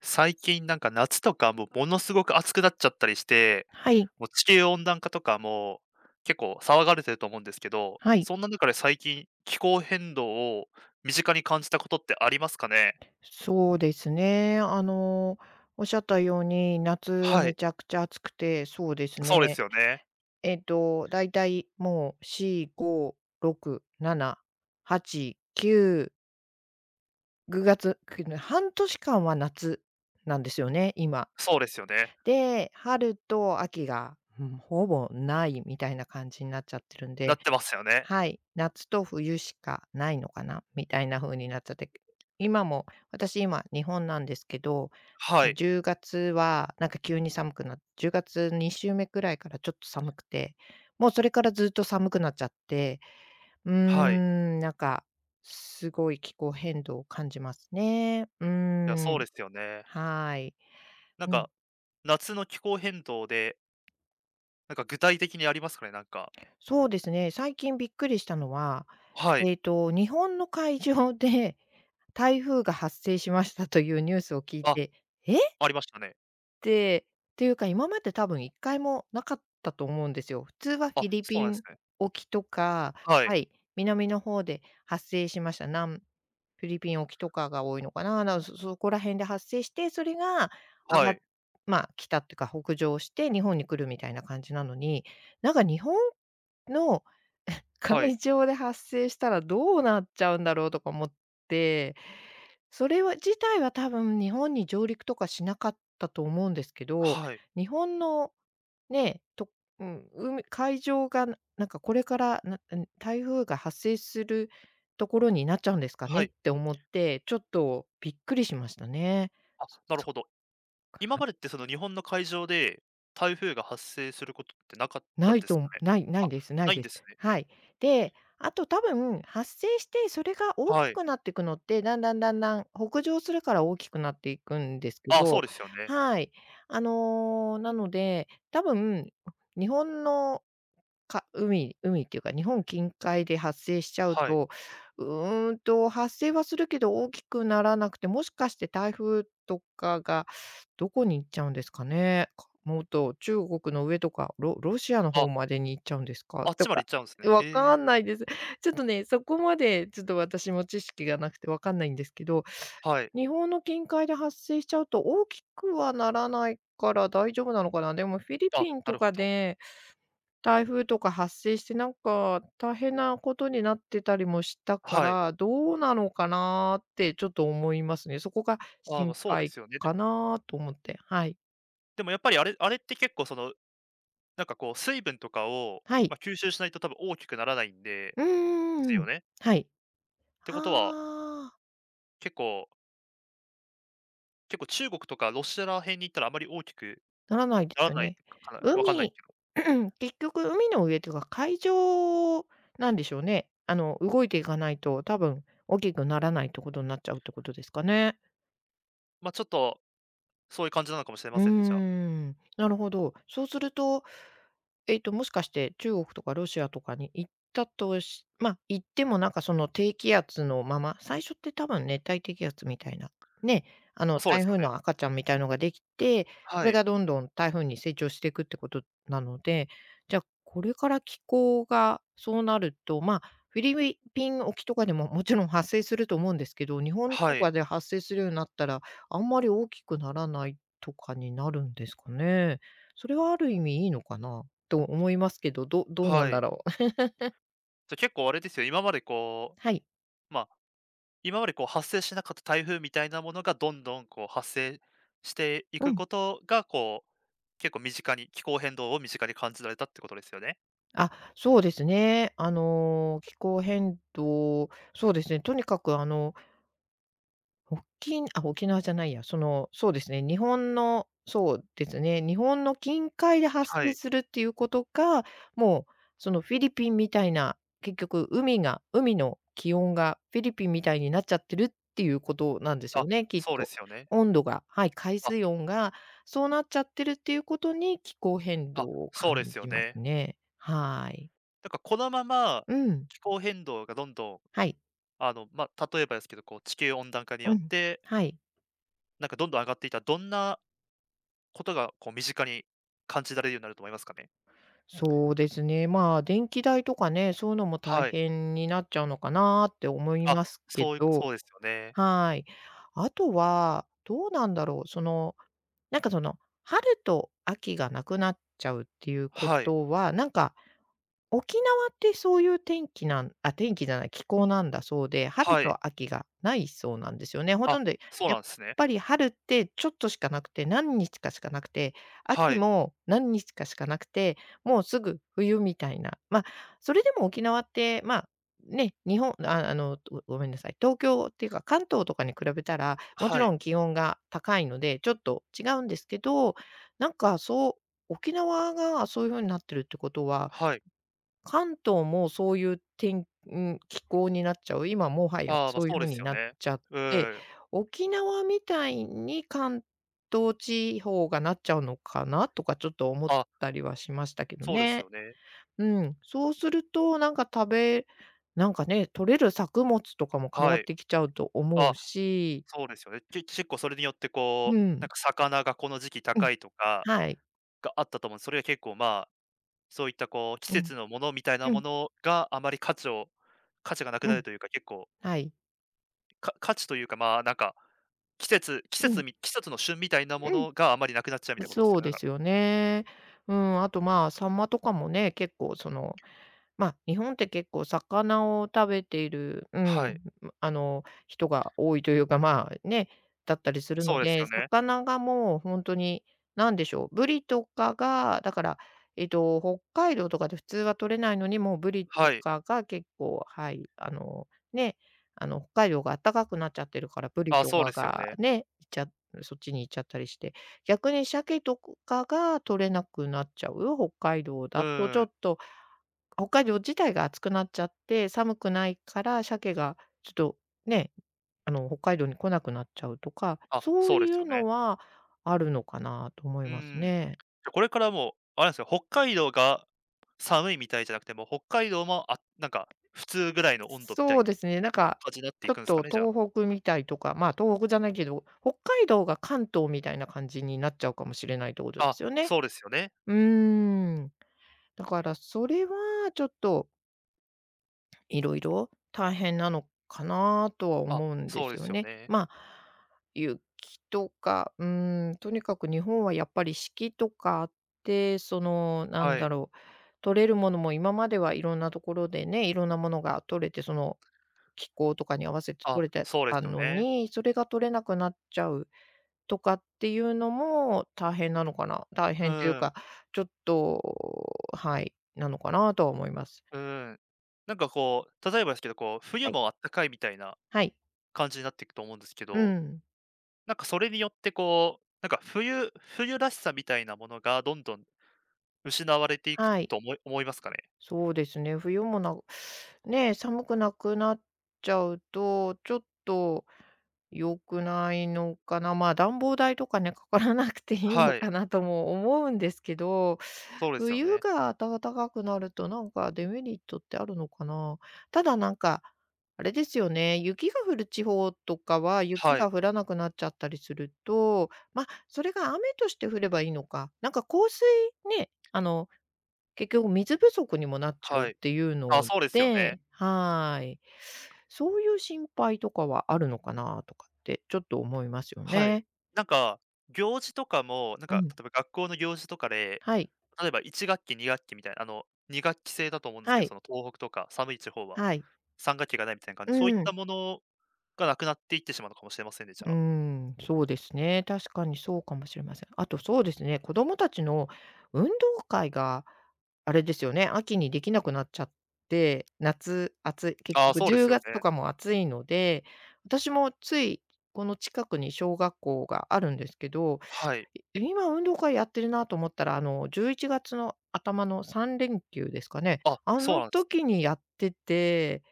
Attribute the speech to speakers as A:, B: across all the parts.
A: 最近なんか夏とかもうものすごく暑くなっちゃったりして、
B: はい、
A: もう地球温暖化とかも結構騒がれてると思うんですけど、
B: はい。
A: そんな中で最近気候変動を身近に感じたことってありますかね？
B: そうですね。おっしゃったように、夏
A: は
B: め
A: い、
B: ちゃくちゃ暑くて、そうです
A: そうです
B: ね。
A: よね。
B: だいたいもう4、5、6、7、8、9、9月、半年間は夏なんですよね、今。
A: そうですよね。
B: で、春と秋が、うん、ほぼないみたいな感じになっちゃってるん
A: な
B: で、
A: ってますよね。
B: はい、夏と冬しかないのかなみたいな風になっちゃって、今も私、今日本なんですけど、
A: はい、
B: 10月はなんか急に寒くな10月2週目くらいからちょっと寒くて、もうそれからずっと寒くなっちゃって、うー
A: はい。
B: なんかすごい気候変動を感じますね。うー
A: いや、そう
B: ん、
A: ですよね。
B: はい。
A: なん
B: うん、
A: か、夏の気候変動で、なんか具体的にありますかね？なんか。
B: そうですね、最近びっくりしたのは、
A: はい。
B: 日本の会場で台風が発生しましたというニュースを聞い
A: あ、
B: て、えっ
A: ありましたね。
B: て、っていうか、今まで多分1回もなかったと思うんですよ。普通はフ
A: あ、
B: ィリ
A: そう
B: ピ
A: なんです
B: ン
A: ね。
B: 沖とか、
A: はい、
B: はい、南の方で発生しました。南フィリピン沖とかが多いのかな、なそそこら辺で発生して、それが上
A: は
B: がっ
A: い、
B: まあ、北っていうか、北上して日本に来るみたいな感じなのに、なんか日本の
A: はい、
B: 海上で発生したらどうなっちゃうんだろうとか思って、それは自体は多分日本に上陸とかしなかったと思うんですけど、
A: はい、
B: 日本のね、と、うん、海上がなんかこれから、なうん、台風が発生するところになっちゃうんですか
A: は
B: ねっ
A: い。
B: て思って、ちょっとびっくりしましたね。
A: あ、
B: そ
A: なる
B: そっ
A: ほど。
B: か。
A: 今までってその日本の海上で、台風が発生することってなかったんですかね？
B: ないな
A: あ、
B: いです、ない
A: ないん
B: で
A: で
B: す。
A: すね。
B: はい。で、あと多分発生してそれが大き
A: はい。
B: くなっていくのって、だんだんだんだん北上するから大きくなっていくんですけ
A: あ、そう
B: ど、
A: ですよね。
B: はい。なので、多分日本の海っていうか、日本近海で発生しちゃう
A: はい。
B: と、発生はするけど大きくならなくて、もしかして台風とかがどこに行っちゃうんですかね？かもっと中国の上とか、ロシアの
A: あ、
B: 方までに行っちゃうんですか？
A: あっ
B: と
A: ちまで
B: か、
A: 行っちゃうんですね。へ
B: わ
A: え、
B: かんないです。ちょっとね、そこまでちょっと私も知識がなくてわかんないんですけど、
A: はい。
B: 日本の近海で発生しちゃうと大きくはならないから大丈夫なのかな。でもフィリ
A: あ、
B: ピン
A: な
B: と
A: るほ
B: か
A: ど。
B: で台風とか発生して、なんか大変なことになってたりもしたか
A: はい。
B: ら、どうなのかなってちょっと思いますね。そこが
A: あ、まあ、ま
B: 心
A: そうで
B: 配
A: すよね。で
B: かなと思って。はい。
A: でもやっぱりあれって結構その、なんかこう水分とかを、
B: はい。
A: まあ、吸収しないと多分大きくならないんで、で
B: う
A: す
B: んん
A: よ
B: ん。
A: ね。
B: はい。
A: って
B: あ
A: ことは、
B: あ、
A: 結構結構中国とかロシアら辺に行ったらあまり大きく
B: ならないで
A: な
B: す
A: ら
B: よ
A: ない
B: ね。
A: かな、わかんないけ
B: 海
A: ど、
B: 結局海の上というか、海上なんでしょうね。動いていかないと、多分大きくならないってことになっちゃうってことですかね。
A: ま、ちょっとそういう感じなのかもしれま
B: うー
A: せんね、じゃあ。
B: ん、なるほど。そうすると、もしかして中国とかロシアとかに行ったとしまあ、行ってもなんかその低気圧のまま、最初って多分熱帯低気圧みたいな、ね、あの
A: そうで
B: 台
A: すよ
B: 風
A: ね。
B: の赤ちゃんみたいのができて、そ
A: は
B: れ
A: い。
B: がどんどん台風に成長していくってことなので、じゃあ、これから気候がそうなると、まあ、フィリピン沖とかでも もちろん発生すると思うんですけど、日本と
A: はい。
B: かで発生するようになったら、あんまり大きくならないとかになるんですかね。それはある意味いいのかなと思いますけど、どうな
A: は
B: んだ
A: い。
B: ろう。
A: じゃ、結構あれですよ、今までこ
B: はい。
A: う、まあ、今までこう発生しなかった台風みたいなものがどんどんこう発生してい
B: う
A: く
B: ん。
A: ことが、こう、結構身近に気候変動を身近に感じられたってことですよね？
B: あ、そうですね。気候変動、そうですね、とにかくあのおあ、沖縄じゃないや、その、そうですね、日本のそうですね、日本の近海で発
A: は
B: 生
A: い。
B: するっていうことか、もう、その、フィリピンみたいな、結局海の気温がフィリピンみたいになっちゃってるっていうことなんですよ
A: あ、
B: ね、きっ
A: そうで
B: と。
A: すよね。
B: 温度が、はい、海
A: あ、
B: 水温がそうなっちゃってるっていうことに、気候変
A: あ、
B: 動を
A: そう
B: 感
A: ですよ
B: じます
A: ね。
B: ね。はい。
A: だからこのまま
B: うん。
A: 気候変動がどんどん、
B: はい。
A: まあ、例えばですけど、こう地球温暖化によ
B: う
A: っ
B: ん。
A: て、
B: はい。
A: なんかどんどん上がっていたらどんなことがこう身近に感じられるようになると思いますかね？
B: そうですね。まあ、電気代とかね、そういうのも大
A: はい。
B: 変になっちゃうのかなって思い
A: あ、
B: ますけ
A: そういう
B: ど、
A: そうですよね。
B: はい。あとは、どうなんだろう、その、なんかその、春と秋がなくなっちゃうっていうこ
A: はい、
B: とは、なんか沖縄ってそういう天気じゃない、気候なんだそうで、春
A: はい。
B: と秋がないそうなんですよね。ほと
A: あ、
B: んど
A: そう
B: や
A: な
B: っ
A: んですね。
B: ぱり春ってちょっとしかなくて、何日かしかなくて、
A: は
B: 秋
A: い、
B: も何日かしかなくて、もうすぐ冬みたいな。まあ、それでも沖縄って、まあ、ね、日本ああの、めんなさい、東京っていうか関東とかに比べたら、もち
A: は
B: ろ
A: い、
B: ん気温が高いので、ちょっと違うんですけど、なんかそう沖縄がそういう風になってるってことは、
A: はい。
B: 関東もそういう気候になっちゃう。今もはや
A: ああ、ま、
B: そうい
A: そ
B: う
A: うで
B: 風
A: す
B: に
A: よ
B: なっ
A: ね。
B: ちゃっ
A: う
B: て、
A: ーん。
B: 沖縄みたいに関東地方がなっちゃうのかなとかちょっと思っ
A: あ、
B: たりはしましたけど
A: そうです
B: ね。
A: よね。
B: うん、そうするとなんか食べなんかね、取れる作物とかも変
A: は
B: わっ
A: い。
B: てきちゃうと思う
A: あ、
B: し、
A: そうですよね。結構それによって
B: う
A: こう、なん
B: ん、
A: か魚がこの時期
B: うん、
A: 高いとか
B: はい、
A: があったと思うんす。それは結構、まあ、そういったこう季
B: うん、
A: 節のものみたいな
B: う
A: も
B: ん、
A: のがあまり価値がなく
B: う
A: なる
B: ん、
A: というか、結構、
B: はい、
A: 価値というか、まあ、なんか、季節季
B: う
A: 節
B: ん、
A: み季節の旬みたいなも
B: うん。
A: のがあまりなくなっちゃうみたいなことです
B: そ
A: よ
B: う
A: ね。だ
B: で
A: から
B: すよね。うん、あと、まあ、サンマとかもね、結構その、まあ、日本って結構魚を食べているう
A: はい。
B: ん、人が多いというか、まあ、ね、だったりする
A: そ
B: の
A: うです
B: で、
A: よね。
B: 魚がもうほんとに、なんでしょう、ブリとかが、だから、えっと、北海道とかで普通は取れないのに、もうブリと
A: はい。
B: かが結構、はい、ね、北海道があったかくなっちゃってるから、ブリ
A: あ、
B: と
A: そうで
B: か
A: すよ
B: が
A: ね。
B: ね、いっちゃそっちに行っちゃったりして、逆に鮭とかが取れなくなっちゃう北海道
A: う
B: だとち
A: ー
B: ょ
A: ん。
B: っと北海道自体が暑くなっちゃって、寒くないから鮭がちょっとね、北海道に来なくなっちゃうとか、
A: あ、
B: そ
A: そ
B: う
A: うで
B: い
A: すよ
B: う
A: ね。
B: のはあるのかなと思
A: う
B: い
A: ー
B: ます
A: ん。じ
B: ね。
A: ゃ、これからもう、あれなんすよ、北海道が寒いみたいじゃなくて、もう北海道も、あ、なんか、普通ぐらいの温度みた
B: そ
A: い
B: う
A: に
B: ですね、なんか、
A: 感じになってい
B: ちょ
A: く
B: っ
A: んすか
B: と
A: ね、じゃあ。
B: 東北みたいとか、まあ、東北じゃないけど、北海道が関東みたいな感じになっちゃうかもしれないってことで
A: あ、
B: すよね。
A: そうですよね。
B: うーん。だからそれはちょっといろいろ大変なのかなとは
A: あ、
B: 思うんで
A: そうで
B: すよ
A: すよ
B: ね。
A: ね。
B: まあ、雪とか、うーん、とにかく日本はやっぱり四季とかあって、その、なん
A: は
B: だ
A: い。
B: ろう、取れるものも今まではいろんなところでね、いろんなものが取れて、その、気候とかに合わせて
A: あ、
B: 取れて
A: そうです
B: た
A: よ
B: の
A: ね。
B: に、それが取れなくなっちゃうとかっていうのも大変なのかな大
A: う
B: 変という
A: ーん、
B: か、ちょっとはい、なのかなとは思います。
A: うーん。なんかこう、例えばですけど、こう、冬
B: はい。
A: もあったかいみたいな
B: はい。
A: 感じになっていくと思うんですけ
B: う
A: ど、
B: ん、
A: なんかそれによってこう、なんか冬らしさみたいなものがどんどん失われていく
B: はい。
A: と思いますかね？
B: そうですね、冬もねえ、寒くなくなっちゃうと、ちょっと良くないのかな。まあ、暖房代とかね、かからなくていいの
A: はい、
B: かなとも思うんですけど、
A: そうですよ
B: 冬
A: ね。
B: が暖かくなるとなんかデメリットってあるのかな。ただなんか、あれですよね、雪が降る地方とかは雪
A: はい、
B: が降らなくなっちゃったりすると、まあ、それが雨として降ればいいのか。なんか降水ね、結局水不足にもなっちゃう
A: は
B: っ
A: い。
B: ていう
A: あ、
B: の
A: そうですよね。
B: で、はい。そういう心配とかはあるのかなとかってちょっと思いますよ
A: はい。
B: ね。
A: なんか、行事とかも、なん
B: う
A: か、
B: ん。
A: 例えば学校の行事とかで、
B: はい。
A: 例えば1学期、2学期みたいな、2学期制だと思うんです
B: は
A: けど、
B: い。
A: その東北とか寒い地方は、
B: はい。はい。
A: 3学期がないみたいな感じ
B: う
A: で、そういっ
B: ん。
A: たものがなくなっていってしまうのかもしれませんね、じゃあ。
B: そうですね。確かにそうかもしれません。あと、そうですね、子供たちの運動会が、あれですよね、秋にできなくなっちゃって、夏、暑い、結
A: ああ、
B: 局
A: そうです
B: 10
A: よね。
B: 月とかも暑いので、私もついこの近くに小学校があるんですけど、
A: はい。
B: 今運動会やってるなと思ったら、11月の頭の3連休ですかね、
A: あ、
B: あ
A: そう
B: の
A: なんですね。
B: 時にやってて。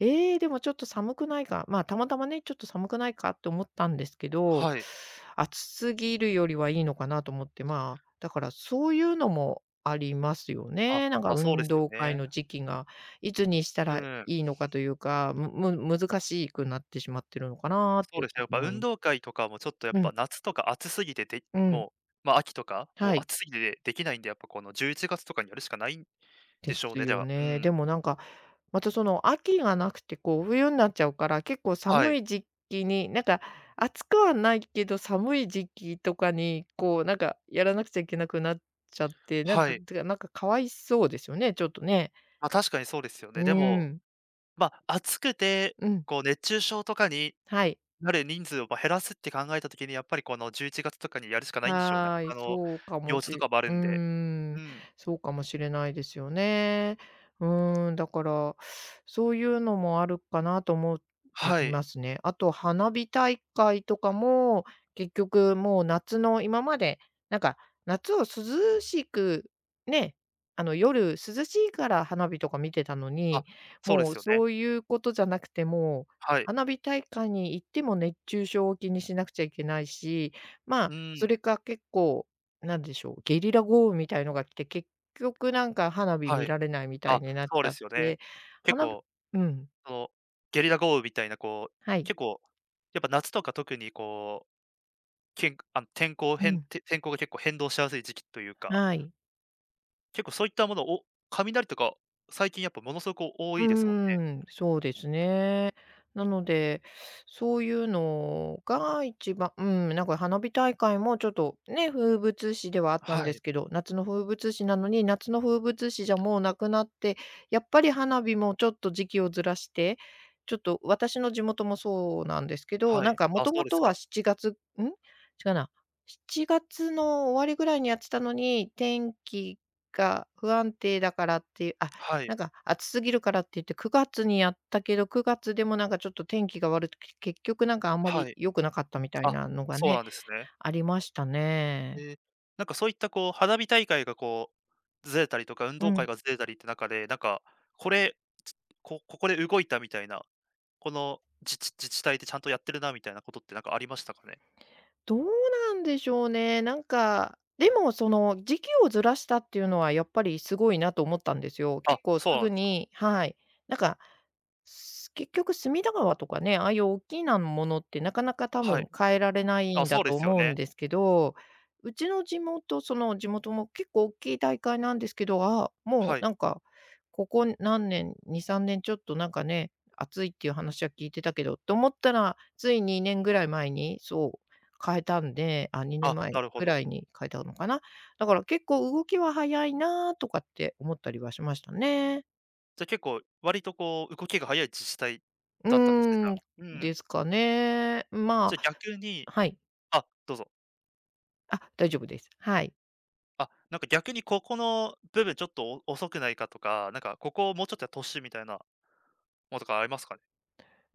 B: ええ、でもちょっと寒くないか、まあ、たまたまね、ちょっと寒くないかって思ったんですけど、
A: はい。
B: 暑すぎるよりはいいのかなと思って。まあ、だからそういうのもありますよ
A: あ、
B: ね。なんか
A: ま、そうで
B: 運
A: すよ
B: 動会
A: ね。
B: の時期が、いつにした
A: う
B: らい
A: ん。
B: いのかというか、む難しくなってしまってるのかなっ
A: そう
B: て
A: です
B: ち
A: ね、
B: ょ
A: や
B: っ
A: っ
B: と
A: ぱ
B: 思い
A: 運
B: ま
A: 動
B: す。
A: 会とかもちょっとやっ
B: う
A: ぱ
B: ん、
A: 夏とか暑すぎてで
B: うん、
A: もう、ま、秋とか、もう
B: はい。
A: 暑すぎてでできないんで、やっぱこの11月とかにやるしかないん
B: で
A: でしょう
B: す
A: ね、で
B: よ
A: は。う
B: ね。
A: ん。
B: でもなんか、またその秋がなくて、こう冬になっちゃうから、結構
A: は
B: 寒
A: い。
B: い時期に、なんか暑くはないけど、寒い時期とかに、こうなんかやらなくちゃいけなくなっちゃって、
A: はい。
B: てか、なんかかわいそうですよね、ちょっとね。
A: ま、確かにそうですよね。
B: う
A: でも、
B: ん。
A: ま、暑くて、
B: うん、
A: こう熱中症とかに
B: はい。
A: なる人数を、ま、減らすって考えた時に、やっぱりこの11月とかにやるしかないんでしょうね。
B: はい、そうかも
A: 用
B: し
A: 事とかもある
B: うー
A: んで。う
B: ん、
A: ん、
B: そうかもしれないですよね。うーん、だから、そういうのもあるかなと思う
A: はい。
B: ますね。あと花火大会とかも、結局もう夏の今まで、なんか、夏を涼しく、ね、夜涼しいから花火とか見てたの
A: あ、
B: に、
A: そうで
B: もう
A: すよね。
B: そういうことじゃなくて、もう、
A: はい。
B: 花火大会に行っても熱中症を気にしなくちゃいけないし、ま
A: う
B: あ、そ
A: ん、
B: れか結構、なんでしょう、ゲリラ豪雨みたいのが来て、結局なんか花火
A: は
B: 見
A: い。
B: られないみた
A: あ、
B: いになっち
A: そうで
B: ゃっ
A: すよね。
B: て、
A: 結
B: 花火
A: 構
B: うん、
A: その、ゲリラ豪雨みたいなこう、
B: はい、
A: 結構、やっぱ夏とか特にこう、けんあの、
B: うん、
A: 天候が結構変動しやすい時期というか、
B: はい。
A: 結構そういったものを雷とか、最近やっぱものすごく多い
B: うー
A: ですもんね。
B: そうですね。なので、そういうのが一番、うん、なんか花火大会もちょっとね、風物詩ではあったん
A: は
B: で
A: い、
B: すけど、夏の風物詩なのに、夏の風物詩じゃもうなくなって、やっぱり花火もちょっと時期をずらして、ちょっと私の地元もそうなんですけど、
A: は
B: なん
A: い。
B: かも
A: あ、
B: と
A: そう
B: も
A: です
B: と
A: か。
B: は7月、ん？違うな、7月の終わりぐらいにやってたのに、天気が不安定だからっていうあ、
A: はい、
B: なんか暑すぎるからって言って9月にやったけど、9月でもなんかちょっと天気が悪くて、結局なんかあんま
A: は
B: り
A: い。
B: 良くなかったみたい
A: あ、
B: なのが
A: そう
B: ね、
A: なんですね。
B: ありましたね。
A: ええ、なんかそういったこう、花火大会がこう、ずれたりとか、運
B: う
A: 動会
B: ん。
A: がずれたりって中で、なんか、これ、ここで動いたみたいな、この、自治体でちゃんとやってるなみたいなことってなんかありましたかね？
B: どうなんでしょうね。なんか、でもその時期をずらしたっていうのはやっぱりすごいなと思ったんですよ。
A: あ、
B: 結構す
A: そうなん
B: ぐ
A: ですか。
B: に、はい。なんかす結局隅田川とかね、ああいう大きなものってなかなか多
A: はい。
B: 分変えられない
A: あ、
B: んだ
A: そうで
B: と
A: すよ
B: 思うん
A: ね。
B: ですけど、うちの地元、その地元も結構大きい大会なんですけど、ああ、もう
A: はい。
B: なんか、ここ何年、2、3年ちょっとなんかね、暑いっていう話は聞いてたけどと思ったら、つい2年ぐらい前に、そう、変えたんで、あ、2
A: あ、
B: 年前
A: なるほ
B: ぐら
A: ど。
B: いに変えたのかな。だから結構動きは早いなとかって思ったりはしましたね。
A: じゃ、あ結構割とこう動きが早い自治体
B: う
A: だったんですね、じゃ
B: ー
A: あ。
B: ん、
A: うん。
B: ですかね。
A: じ
B: ま
A: ゃ、あ
B: あ、
A: 逆に
B: はい。
A: あ、どうぞ。
B: あ、大丈夫です。はい。
A: あ、なんか逆にここの部分ちょっと遅くないかとか、なんかここをもうちょっとやってほしいみたいなのとかありますかね？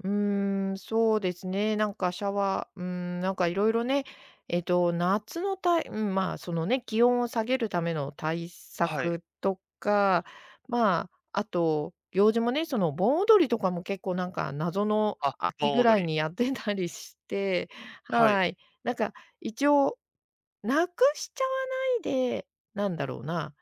B: うーん、そうですね、なんかシャワー、うーん、なんかいろいろね、夏のうん、まあ、そのね、気温を下げるための対
A: はい。
B: 策とか、まあ、あと、行事もね、その盆踊りとかも結構なんか謎の
A: あ、
B: 秋
A: 盆
B: ぐら
A: 踊
B: い
A: り。
B: にやってたりして、
A: はい。
B: はい。なんか一応なくしちゃわないで、なんだろうな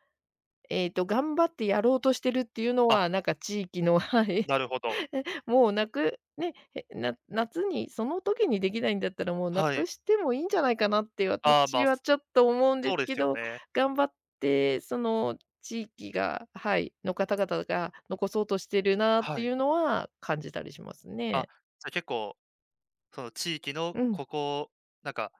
B: 頑張ってやろうとしてるっていうの
A: あ、
B: は、なんか地域の はい。
A: なるほど。
B: もうなくね、へな夏にその時にできないんだったら、もうな
A: は
B: く
A: い。
B: してもいいんじゃないかなって
A: ああ、ま
B: 私
A: あ、
B: はちょ
A: そ
B: っと思うんで
A: う
B: す
A: で
B: け
A: すよ
B: ど、
A: ね。
B: 頑張ってその地域がはい、の方々が残そうとしてるなっ
A: は
B: てい
A: い。
B: うのは感じたりします
A: あ、
B: ね。
A: じゃあ結構その地域の
B: うん、
A: ここを、なんか、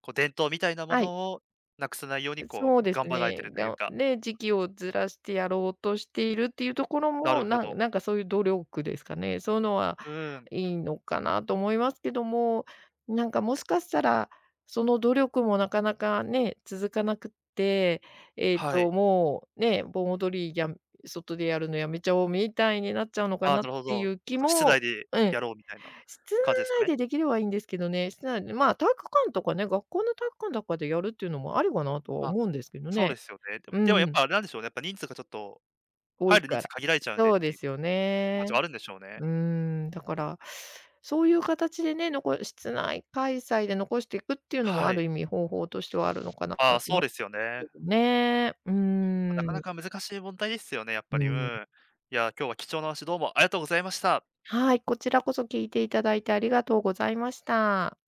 A: こう伝統みたいなも
B: はい。
A: のをなくさないようにこう
B: そうで
A: 頑
B: す
A: 張られて
B: ね。
A: るというか。
B: で、時期をずらしてやろうとしているっていうところ
A: な
B: も、
A: るほど。
B: なんかそういう努力ですかね。そういうのは
A: うーん、
B: いいのかなと思いますけども、なんかもしかしたら、その努力もなかなかね、続かなくって、
A: はい。
B: もうね、盆踊りや外でやるのやめちゃおうみたいになっちゃうのか
A: ああ、
B: なっ
A: なるほ
B: てい
A: ど。
B: う
A: あ
B: 気
A: と室
B: も、
A: 内で
B: うん。
A: やろうみたいな
B: 室
A: 感じですか
B: 内
A: ね。
B: でできればいいんですけどね、室内で、まあ、体育館とかね、学校の体育館とかでやるっていうのもありかなとは
A: あ、
B: 思うんですけど
A: そうで
B: ね。
A: すよね。でも
B: う
A: でもやっ
B: ん、
A: ぱあれなんでしょうね、やっぱ人数がちょっと、
B: 遠い
A: 入る人
B: か
A: 数
B: ら。
A: 限られちゃうんでっ
B: そう
A: て
B: で
A: いう
B: すよ
A: 感じは
B: ね。
A: あるんでしょうね。
B: うーん、だから、そういう形でね、室内開催で残していくっていうのも
A: は
B: ある
A: い。
B: 意味方法としてはあるのかなと
A: ああ、そう
B: 思
A: ですよ
B: うんで
A: ね。
B: すけどね。う
A: ま、なか
B: ー
A: な
B: ん。
A: か難しい問題ですよね、やっぱ
B: う
A: り。う
B: ん。
A: ん。いや、今日は貴重な話どうもありがとうございました。
B: はい、こちらこそ聞いていただいてありがとうございました。